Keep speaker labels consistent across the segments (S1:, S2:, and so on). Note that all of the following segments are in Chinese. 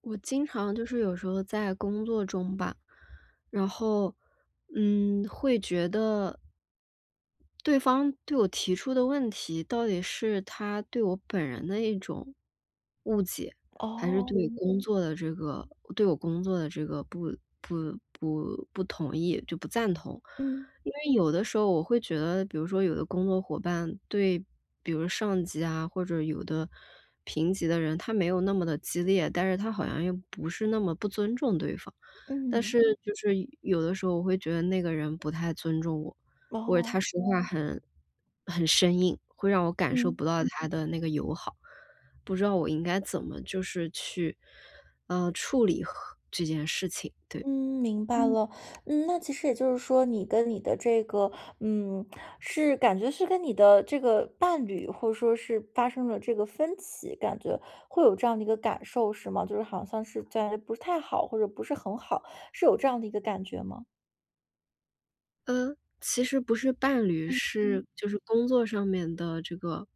S1: 我经常就是有时候在工作中吧，然后，会觉得对方对我提出的问题，到底是他对我本人的一种误解，还是
S2: 哦，
S1: 对工作的这个对我工作的这个不同意，就不赞同。
S2: 嗯
S1: 因为有的时候我会觉得，比如说有的工作伙伴对，比如上级啊，或者有的平级的人，他没有那么的激烈，但是他好像又不是那么不尊重对方。但
S2: 嗯，
S1: 是就是有的时候我会觉得那个人不太尊重我，或者
S2: 哦，
S1: 他说话很生硬，会让我感受
S2: 嗯
S1: 不到他的那个友好。不知道我应该怎么就是去，处理和这件事情，对。
S2: 嗯，明白了。嗯，那其实也就是说，你跟你的这个，嗯，是感觉是跟你的这个伴侣，或者说是发生了这个分歧，感觉会有这样的一个感受，是吗？就是好像是在不是太好，或者不是很好，是有这样的一个感觉吗？
S1: 其实不是伴侣，是就是工作上面的这个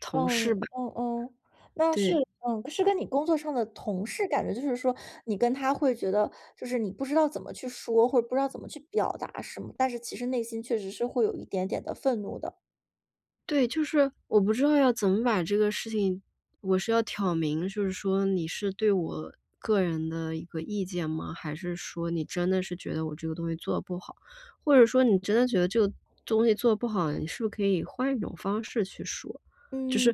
S1: 同
S2: 嗯，
S1: 事吧，
S2: 嗯嗯，那是
S1: 对。
S2: 嗯，是跟你工作上的同事感觉就是说，你跟他会觉得就是你不知道怎么去说，或者不知道怎么去表达什么，但是其实内心确实是会有一点点的愤怒的。
S1: 对，就是我不知道要怎么把这个事情，我是要挑明，就是说你是对我个人的一个意见吗？还是说你真的是觉得我这个东西做的不好，或者说你真的觉得这个东西做的不好，你是不是可以换一种方式去说？就
S2: 嗯，
S1: 是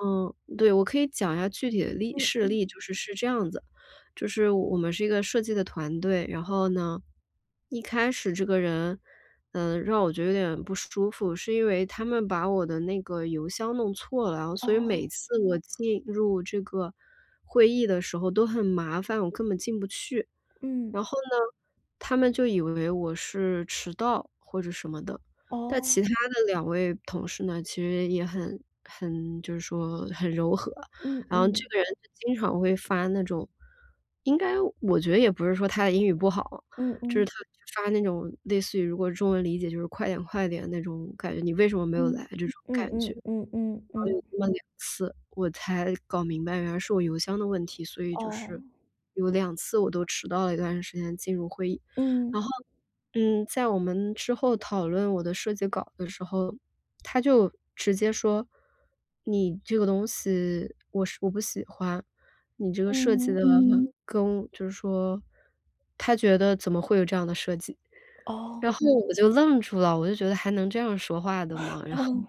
S1: 对，我可以讲一下具体的例事
S2: 嗯，
S1: 例，就是是这样子，就是我们是一个设计的团队，然后呢，一开始这个人让我觉得有点不舒服，是因为他们把我的那个邮箱弄错了，然后所以
S2: 哦，
S1: 每次我进入这个会议的时候都很麻烦，我根本进不去。
S2: 嗯，
S1: 然后呢，他们就以为我是迟到或者什么的。但
S2: 哦，
S1: 其他的两位同事呢，其实也很就是说很柔和，
S2: 嗯
S1: 然后这
S2: 嗯，
S1: 个人就经常会发那种应该我觉得也不是说他的英语不好，
S2: 嗯
S1: 就是
S2: 嗯，
S1: 他发那种类似于如果中文理解就是“快点快点”那种感觉，“你为什么没有来”
S2: 嗯，
S1: 这种
S2: 嗯
S1: 感觉。
S2: 嗯嗯嗯嗯，
S1: 那么两次，我才搞明白原来是我邮箱的问题，所以就
S2: 哦，
S1: 是有两次我都迟到了一段时间进入会议。
S2: 嗯，
S1: 然后，在我们之后讨论我的设计稿的时候，他就直接说：“你这个东西我不喜欢，你这个设计
S2: 嗯，
S1: 的跟就是说“他觉得怎么会有这样的设计，
S2: 哦，
S1: 然后我就愣住了，我就觉得还能这样说话的吗？然后
S2: 哦。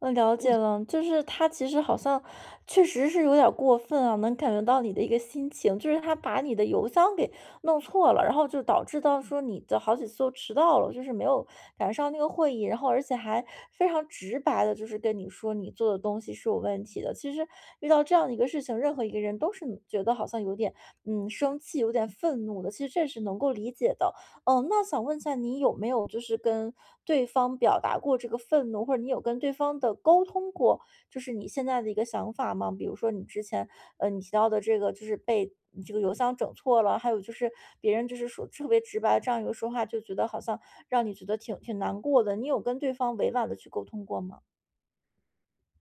S2: 嗯，了解了，就是他其实好像确实是有点儿过分啊，能感觉到你的一个心情，就是他把你的邮箱给弄错了，然后就导致到说你的好几次都迟到了，就是没有赶上那个会议，然后而且还非常直白的，就是跟你说你做的东西是有问题的。其实遇到这样的一个事情，任何一个人都是觉得好像有点生气，有点愤怒的，其实这是能够理解的。哦，那想问一下，你有没有就是跟对方表达过这个愤怒，或者你有跟对方的沟通过，就是你现在的一个想法吗？比如说你之前，你提到的这个就是被你这个邮箱整错了，还有就是别人就是说特别直白这样一个说话，就觉得好像让你觉得挺挺难过的。你有跟对方委婉的去沟通过吗？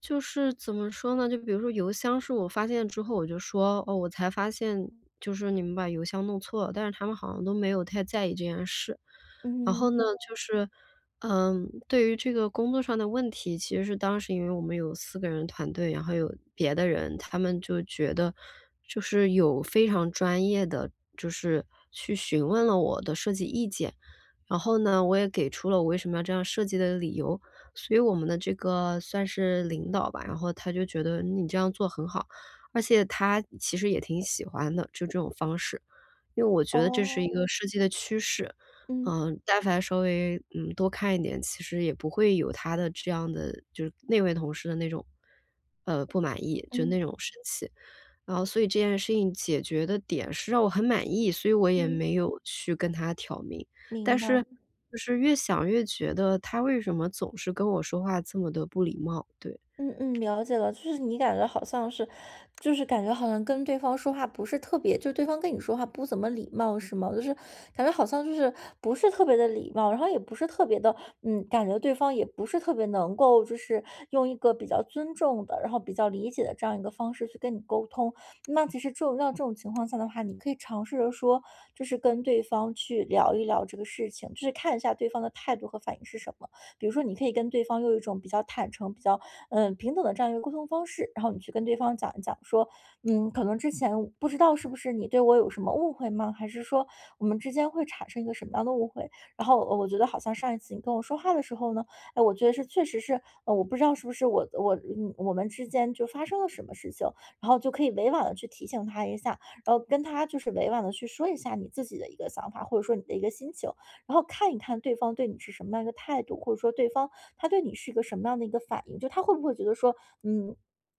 S1: 就是怎么说呢？就比如说邮箱是我发现之后，我就说：“哦，我才发现就是你们把邮箱弄错了。”但是他们好像都没有太在意这件事。然后呢，
S2: 嗯，
S1: 就是，对于这个工作上的问题，其实是当时因为我们有四个人团队，然后有别的人，他们就觉得就是有非常专业的，就是去询问了我的设计意见。然后呢，我也给出了我为什么要这样设计的理由，所以我们的这个算是领导吧，然后他就觉得你这样做很好，而且他其实也挺喜欢的，就这种方式。因为我觉得这是一
S2: 哦，
S1: 个设计的趋势，
S2: 嗯
S1: 但凡稍微，多看一点，其实也不会有他的这样的就是那位同事的那种，不满意，就
S2: 嗯
S1: 那
S2: 嗯。
S1: 种生气。然后所以这件事情解决的点是让我很满意，所以我也
S2: 嗯，
S1: 没有去跟他挑明。但
S2: 明白。
S1: 是就是越想越觉得他为什么总是跟我说话这么的不礼貌，对。
S2: 嗯嗯，了解了，就是你感觉好像是，就是感觉好像跟对方说话不是特别，就是对方跟你说话不怎么礼貌，是吗？就是感觉好像就是不是特别的礼貌，然后也不是特别的，嗯，感觉对方也不是特别能够，就是用一个比较尊重的，然后比较理解的这样一个方式去跟你沟通。那其实这种像这种情况下的话，你可以尝试着说，就是跟对方去聊一聊这个事情，就是看一下对方的态度和反应是什么。比如说，你可以跟对方用一种比较坦诚、比较嗯，平等的这样一个沟通方式，然后你去跟对方讲一讲说，嗯，可能之前不知道是不是你对我有什么误会吗？还是说我们之间会产生一个什么样的误会？然后我觉得好像上一次你跟我说话的时候呢，哎，我觉得是确实是，我不知道是不是我嗯我们之间就发生了什么事情，然后就可以委婉的去提醒他一下，然后跟他就是委婉的去说一下你自己的一个想法，或者说你的一个心情。然后看一看对方对你是什么样一个态度，或者说对方他对你是一个什么样的一个反应，就他会不会觉得说，嗯，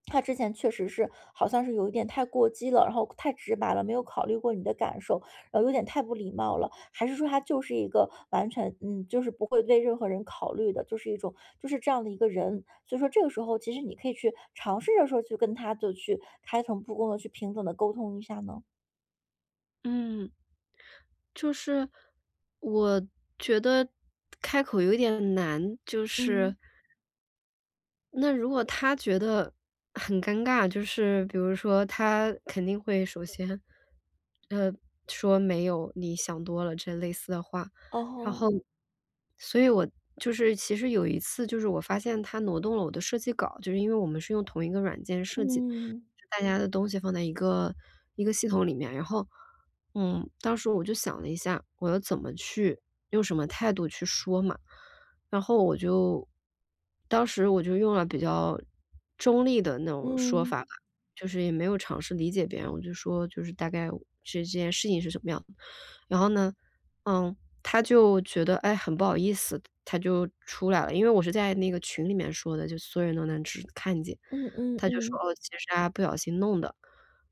S2: 他之前确实是好像是有一点太过激了，然后太直白了，没有考虑过你的感受，然后有点太不礼貌了，还是说他就是一个完全嗯，就是不会为任何人考虑的，就是一种就是这样的一个人。所以说这个时候，其实你可以去尝试着说去跟他就去开诚布公的去平等的沟通一下呢。
S1: 嗯。就是我觉得开口有点难，就
S2: 嗯，
S1: 是那如果他觉得很尴尬，就是比如说他肯定会首先，呃，说没有，你想多了这类似的话，然
S2: 哦，
S1: 后，所以我就是其实有一次，就是我发现他挪动了我的设计稿，就是因为我们是用同一个软件设计的。
S2: 嗯
S1: 大家的东西放在一个系统里面，然后，当时我就想了一下，我要怎么去用什么态度去说嘛。然后当时我就用了比较中立的那种说法
S2: 嗯。
S1: 吧，就是也没有尝试理解别人，我就说就是大概这件事情是什么样的。然后呢，嗯，他就觉得，哎，很不好意思，他就出来了，因为我是在那个群里面说的，就所有人都能只看见。
S2: 嗯嗯
S1: 他就说：
S2: 嗯，
S1: “哦，其实啊，不小心弄的。”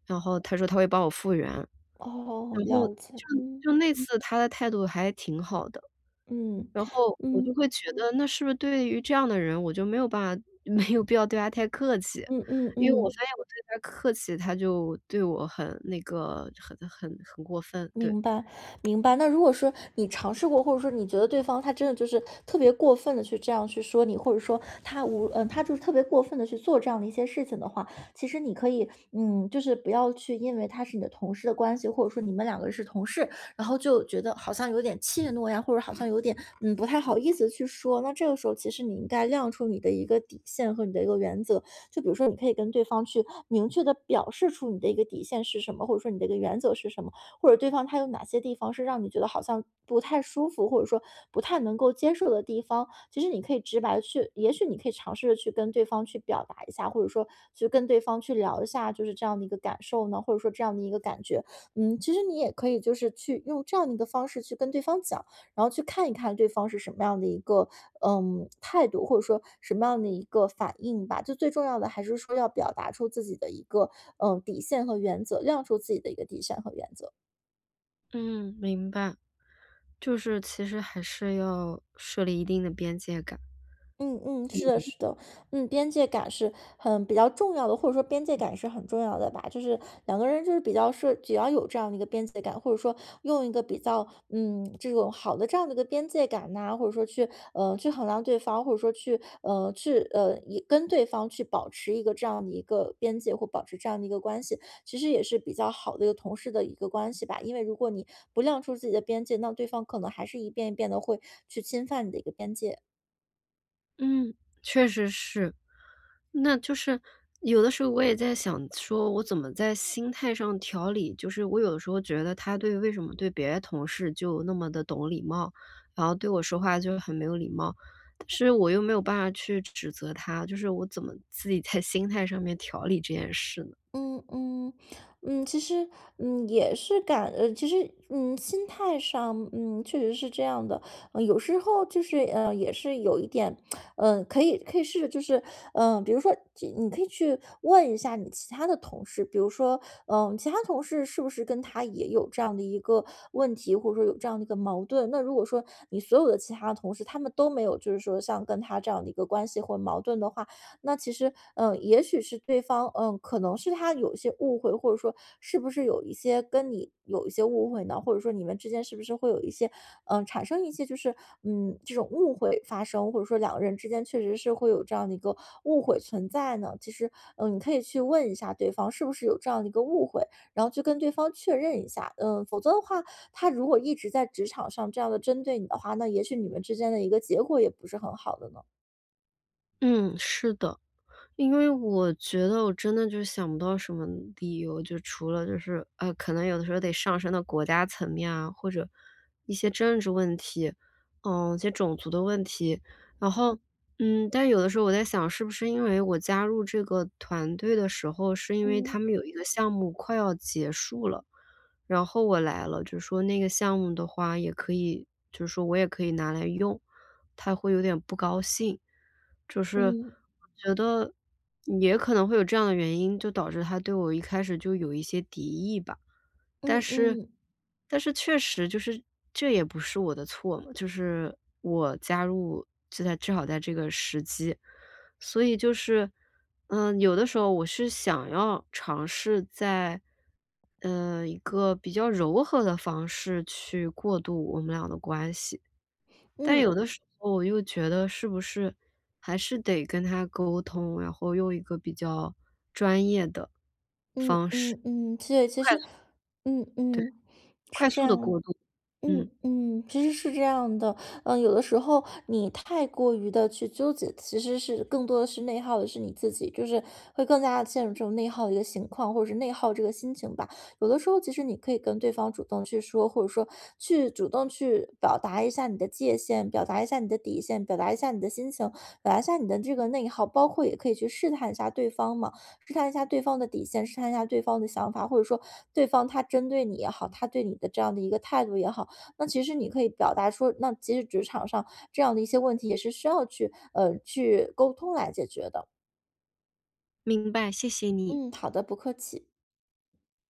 S1: 然后他说他会帮我复原，
S2: 哦，
S1: 然后
S2: 了解，
S1: 就
S2: 嗯，
S1: 就那次他的态度还挺好的，
S2: 嗯，
S1: 然后我
S2: 嗯，
S1: 就会觉得那是不是对于这样的人，我就没有办法没有必要对他太客气。
S2: 嗯嗯
S1: 因为我
S2: 嗯。
S1: 发现我对他客气，他就对我很那个很过分，对。
S2: 明白，明白。那如果说你尝试过，或者说你觉得对方他真的就是特别过分的去这样去说你，或者说他无嗯，他就是特别过分的去做这样的一些事情的话，其实你可以，嗯，就是不要去因为他是你的同事的关系，或者说你们两个是同事，然后就觉得好像有点怯懦呀，或者好像有点，嗯，不太好意思去说。那这个时候，其实你应该亮出你的一个底线和你的一个原则，就比如说，你可以跟对方去明确的表示出你的一个底线是什么，或者说你的一个原则是什么。或者对方他有哪些地方是让你觉得好像不太舒服，或者说不太能够接受的地方，其实你可以直白地去，也许你可以尝试着去跟对方去表达一下，或者说去跟对方去聊一下，就是这样的一个感受呢，或者说这样的一个感觉。嗯，其实你也可以就是去用这样的一个方式去跟对方讲，然后去看一看对方是什么样的一个嗯态度，或者说什么样的一个反应吧。就最重要的还是说要表达出自己的一个嗯底线和原则，亮出自己的一个底线和原则。
S1: 嗯，明白，就是其实还是要设立一定的边界感。
S2: 嗯嗯，是的，是的，嗯，边界感是很比较重要的，或者说边界感是很重要的吧。就是两个人就是比较是只要有这样的一个边界感，或者说用一个比较嗯这种好的这样的一个边界感呐、或者说去去衡量对方，或者说去去也跟对方去保持一个这样的一个边界或保持这样的一个关系，其实也是比较好的一个同事的一个关系吧。因为如果你不亮出自己的边界，那对方可能还是一遍一遍的会去侵犯你的一个边界。
S1: 嗯，确实是。那就是有的时候我也在想说，我怎么在心态上调理？就是我有的时候觉得为什么对别的同事就那么的懂礼貌，然后对我说话就很没有礼貌，但是我又没有办法去指责他，就是我怎么自己在心态上面调理这件事呢？
S2: 嗯嗯嗯，其实嗯也是感其实嗯心态上嗯确实是这样的，嗯有时候就是也是有一点，嗯、可以试着就是嗯、比如说你可以去问一下你其他的同事，比如说嗯、其他同事是不是跟他也有这样的一个问题，或者说有这样的一个矛盾？那如果说你所有的其他同事他们都没有就是说像跟他这样的一个关系或矛盾的话，那其实，嗯，也许是对方，嗯，可能是他有一些误会，或者说是不是有一些跟你有一些误会呢？或者说你们之间是不是会有一些，嗯，产生一些就是，嗯，这种误会发生，或者说两个人之间确实是会有这样的一个误会存在呢？其实，嗯，你可以去问一下对方是不是有这样的一个误会，然后去跟对方确认一下，嗯，否则的话，他如果一直在职场上这样的针对你的话，那也许你们之间的一个结果也不是很好的呢。
S1: 嗯，是的。因为我觉得我真的就想不到什么理由，就除了就是，可能有的时候得上升到国家层面啊，或者一些政治问题，一些种族的问题。然后，但有的时候我在想，是不是因为我加入这个团队的时候，是因为他
S2: 嗯
S1: 们有一个项目快要结束了，然后我来了，就说那个项目的话也可以，就是说我也可以拿来用。他会有点不高兴。就是
S2: 嗯，
S1: 我觉得也可能会有这样的原因，就导致他对我一开始就有一些敌意吧。
S2: 嗯
S1: 但是
S2: 嗯
S1: 确实就是这也不是我的错嘛，就是我加入正好在这个时机。所以就是，有的时候我是想要尝试在，一个比较柔和的方式去过渡我们俩的关系。但
S2: 嗯
S1: 有的时候我又觉得是不是还是得跟他沟通，然后用一个比较专业的
S2: 嗯
S1: 方式，
S2: 嗯嗯，对，其
S1: 快
S2: 实
S1: 速
S2: 嗯
S1: 对，
S2: 嗯，是
S1: 快
S2: 这
S1: 速的
S2: 样
S1: 过渡。
S2: 嗯
S1: 嗯，
S2: 嗯，其实是这样的，嗯，有的时候你太过于的去纠结，其实是更多的是内耗的是你自己，就是会更加的陷入这种内耗的一个情况，或者是内耗这个心情吧。有的时候其实你可以跟对方主动去说，或者说去主动去表达一下你的界限，表达一下你的底线，表达一下你的心情，表达一下你的这个内耗，包括也可以去试探一下对方嘛，试探一下对方的底线，试探一下对方的想法，或者说对方他针对你也好，他对你的这样的一个态度也好。那其实你可以表达出，那其实职场上这样的一些问题也是需要去去沟通来解决的。
S1: 明白，谢谢你。
S2: 嗯，好的，不客气。